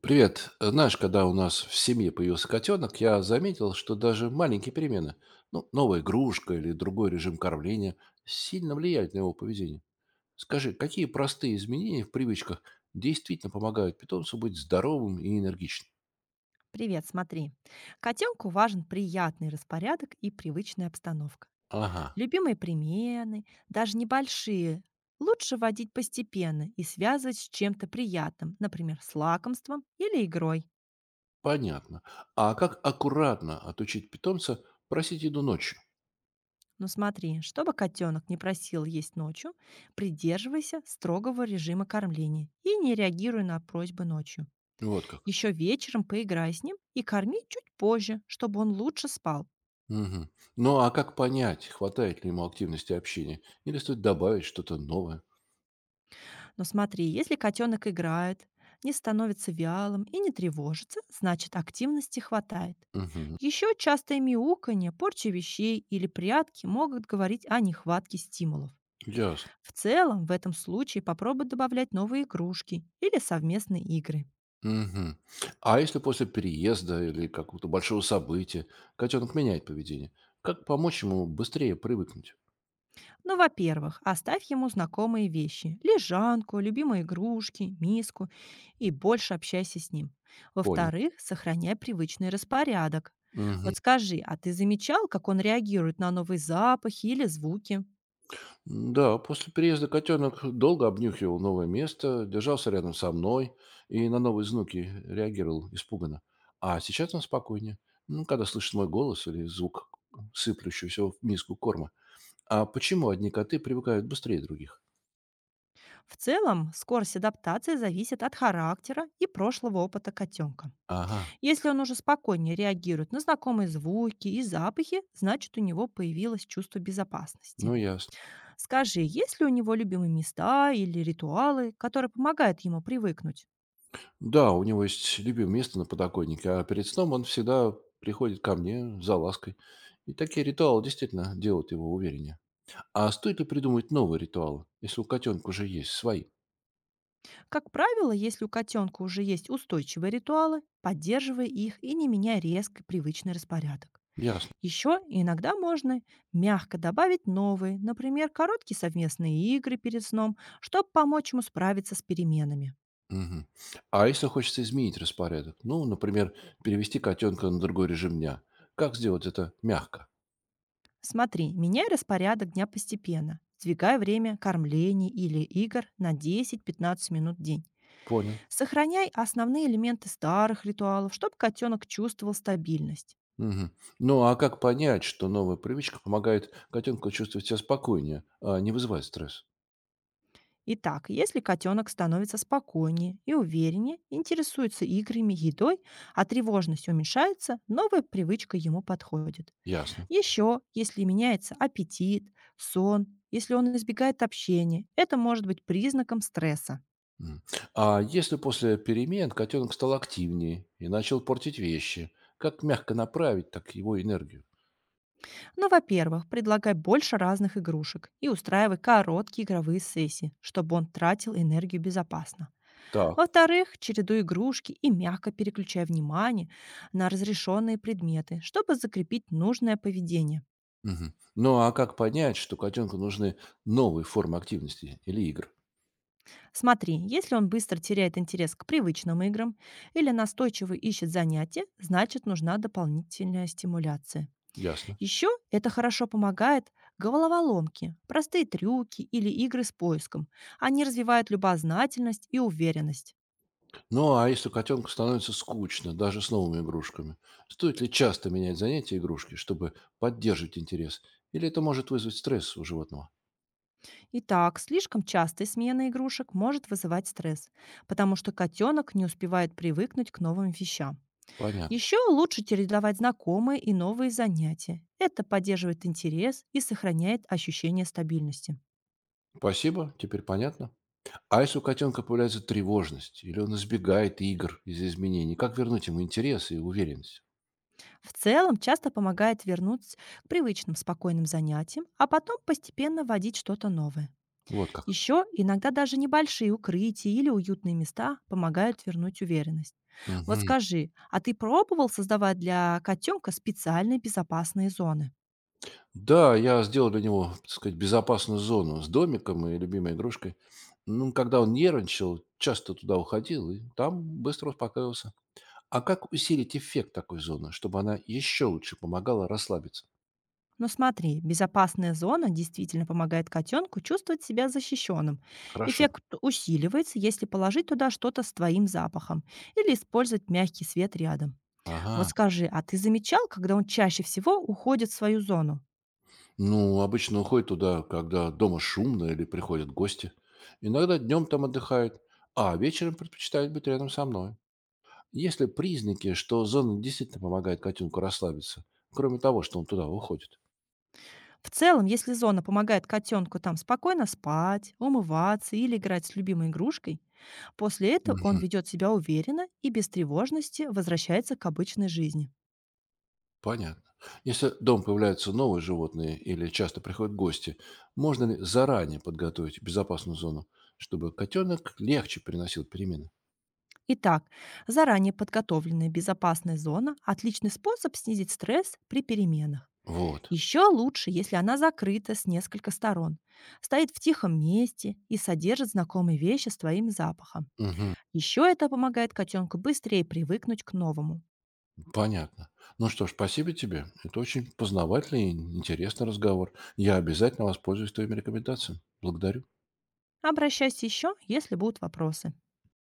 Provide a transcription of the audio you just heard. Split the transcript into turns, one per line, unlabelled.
Привет. Знаешь, когда у нас в семье появился котенок, я заметил, что даже маленькие перемены, ну, новая игрушка или другой режим кормления, сильно влияют на его поведение. Скажи, какие простые изменения в привычках действительно помогают питомцу быть здоровым и энергичным?
Привет, смотри. Котенку важен приятный распорядок и привычная обстановка.
Ага,
Любимые примены, даже небольшие, лучше вводить постепенно и связывать с чем-то приятным, например, с лакомством или игрой.
понятно. А как аккуратно отучить питомца просить еду ночью?
Но смотри, чтобы котенок не просил есть ночью, придерживайся строгого режима кормления и не реагируй на просьбы ночью.
Вот как.
Еще вечером поиграй с ним и корми чуть позже, чтобы он лучше спал.
Мгм. Ну, а как понять, хватает ли ему активности общения? Или стоит добавить что-то новое?
Но смотри, если котенок играет, не становится вялым и не тревожится, значит, активности хватает.
Угу.
Еще частое мяуканье, порча вещей или прятки могут говорить о нехватке стимулов.
Ясно.
В целом, в этом случае попробуй добавлять новые игрушки или совместные игры.
Мгм. А если после переезда или какого-то большого события котенок меняет поведение, как помочь ему быстрее привыкнуть?
Ну, во-первых, оставь ему знакомые вещи — лежанку, любимые игрушки, миску — и больше общайся с ним.
Понял.
Во-вторых, сохраняй привычный распорядок.
Мгм.
Вот скажи, а ты замечал, как он реагирует на новые запахи или звуки?
Да, после переезда котенок долго обнюхивал новое место, держался рядом со мной и на новые звуки реагировал испуганно. А сейчас он спокойнее, ну, когда слышит мой голос или звук сыплющегося в миску корма. А почему одни коты привыкают быстрее других?
В целом, скорость адаптации зависит от характера и прошлого опыта котенка.
Ага,
Если он уже спокойнее реагирует на знакомые звуки и запахи, значит, у него появилось чувство безопасности.
ну ясно.
Скажи, есть ли у него любимые места или ритуалы, которые помогают ему привыкнуть?
Да, у него есть любимое место на подоконнике, а перед сном он всегда приходит ко мне за лаской. И такие ритуалы действительно делают его увереннее. А стоит ли придумать новые ритуалы, если у котенка уже есть свои?
Как правило, если у котенка уже есть устойчивые ритуалы, поддерживай их и не меняй резко привычный распорядок.
Ясно.
Еще иногда можно мягко добавить новые, например, короткие совместные игры перед сном, чтобы помочь ему справиться с переменами.
Мгм. А если хочется изменить распорядок? Ну, например, перевести котенка на другой режим дня. Как сделать это мягко?
Смотри, меняй распорядок дня постепенно. Сдвигай время кормлений или игр на 10-15 минут в день.
Понял.
Сохраняй основные элементы старых ритуалов, чтобы котенок чувствовал стабильность.
Мгм. Ну, а как понять, что новая привычка помогает котенку чувствовать себя спокойнее, а не вызывает стресс?
Итак, если котенок становится спокойнее и увереннее, интересуется играми, едой, а тревожность уменьшается, новая привычка ему подходит.
Ясно.
Еще, если меняется аппетит, сон, если он избегает общения, это может быть признаком стресса.
М. А если после перемен котенок стал активнее и начал портить вещи, как мягко направить так его энергию?
Но, во-первых, предлагай больше разных игрушек и устраивай короткие игровые сессии, чтобы он тратил энергию безопасно.
Так.
Во-вторых, чередуй игрушки и мягко переключай внимание на разрешенные предметы, чтобы закрепить нужное поведение.
Мгм. Ну а как понять, что котенку нужны новые формы активности или игр?
Смотри, если он быстро теряет интерес к привычным играм или настойчиво ищет занятия, значит, нужна дополнительная стимуляция.
Ясно.
Еще это хорошо помогает: головоломки, простые трюки или игры с поиском. Они развивают любознательность и уверенность.
Ну а если котенку становится скучно, даже с новыми игрушками, стоит ли часто менять занятия и игрушки, чтобы поддерживать интерес? Или это может вызвать стресс у животного?
Итак, слишком частая смена игрушек может вызывать стресс, потому что котенок не успевает привыкнуть к новым вещам.
Понятно.
Еще лучше чередовать знакомые и новые занятия. Это поддерживает интерес и сохраняет ощущение стабильности.
Спасибо, теперь понятно. А если у котенка появляется тревожность, или он избегает игр из-за изменений, как вернуть ему интерес и уверенность?
В целом, часто помогает вернуться к привычным спокойным занятиям, а потом постепенно вводить что-то новое.
Вот как.
Еще иногда даже небольшие укрытия или уютные места помогают вернуть уверенность. Вот
Мгм.
скажи, а ты пробовал создавать для котенка специальные безопасные зоны?
Да, я сделал для него, так сказать, безопасную зону с домиком и любимой игрушкой. Ну, когда он нервничал, часто туда уходил и там быстро успокоился. А как усилить эффект такой зоны, чтобы она еще лучше помогала расслабиться?
Но смотри, безопасная зона действительно помогает котенку чувствовать себя защищенным.
Хорошо.
Эффект усиливается, если положить туда что-то с твоим запахом или использовать мягкий свет рядом. Вот
Ага.
скажи, а ты замечал, когда он чаще всего уходит в свою зону?
Ну, обычно уходит туда, когда дома шумно или приходят гости. Иногда днем там отдыхает, а вечером предпочитает быть рядом со мной. Есть ли признаки, что зона действительно помогает котенку расслабиться, кроме того, что он туда уходит?
В целом, если зона помогает котенку там спокойно спать, умываться или играть с любимой игрушкой, после этого он
Мгм.
ведет себя уверенно и без тревожности возвращается к обычной жизни.
Понятно. Если дом появляются новые животные или часто приходят гости, можно ли заранее подготовить безопасную зону, чтобы котенок легче переносил перемены?
Итак, заранее подготовленная безопасная зона — отличный способ снизить стресс при переменах.
Вот.
Еще лучше, если она закрыта с нескольких сторон, стоит в тихом месте и содержит знакомые вещи с твоим запахом.
Мгм.
Еще это помогает котенку быстрее привыкнуть к новому.
Понятно. Ну что ж, спасибо тебе. Это очень познавательный и интересный разговор. Я обязательно воспользуюсь твоими рекомендациями. Благодарю.
Обращайся еще, если будут вопросы.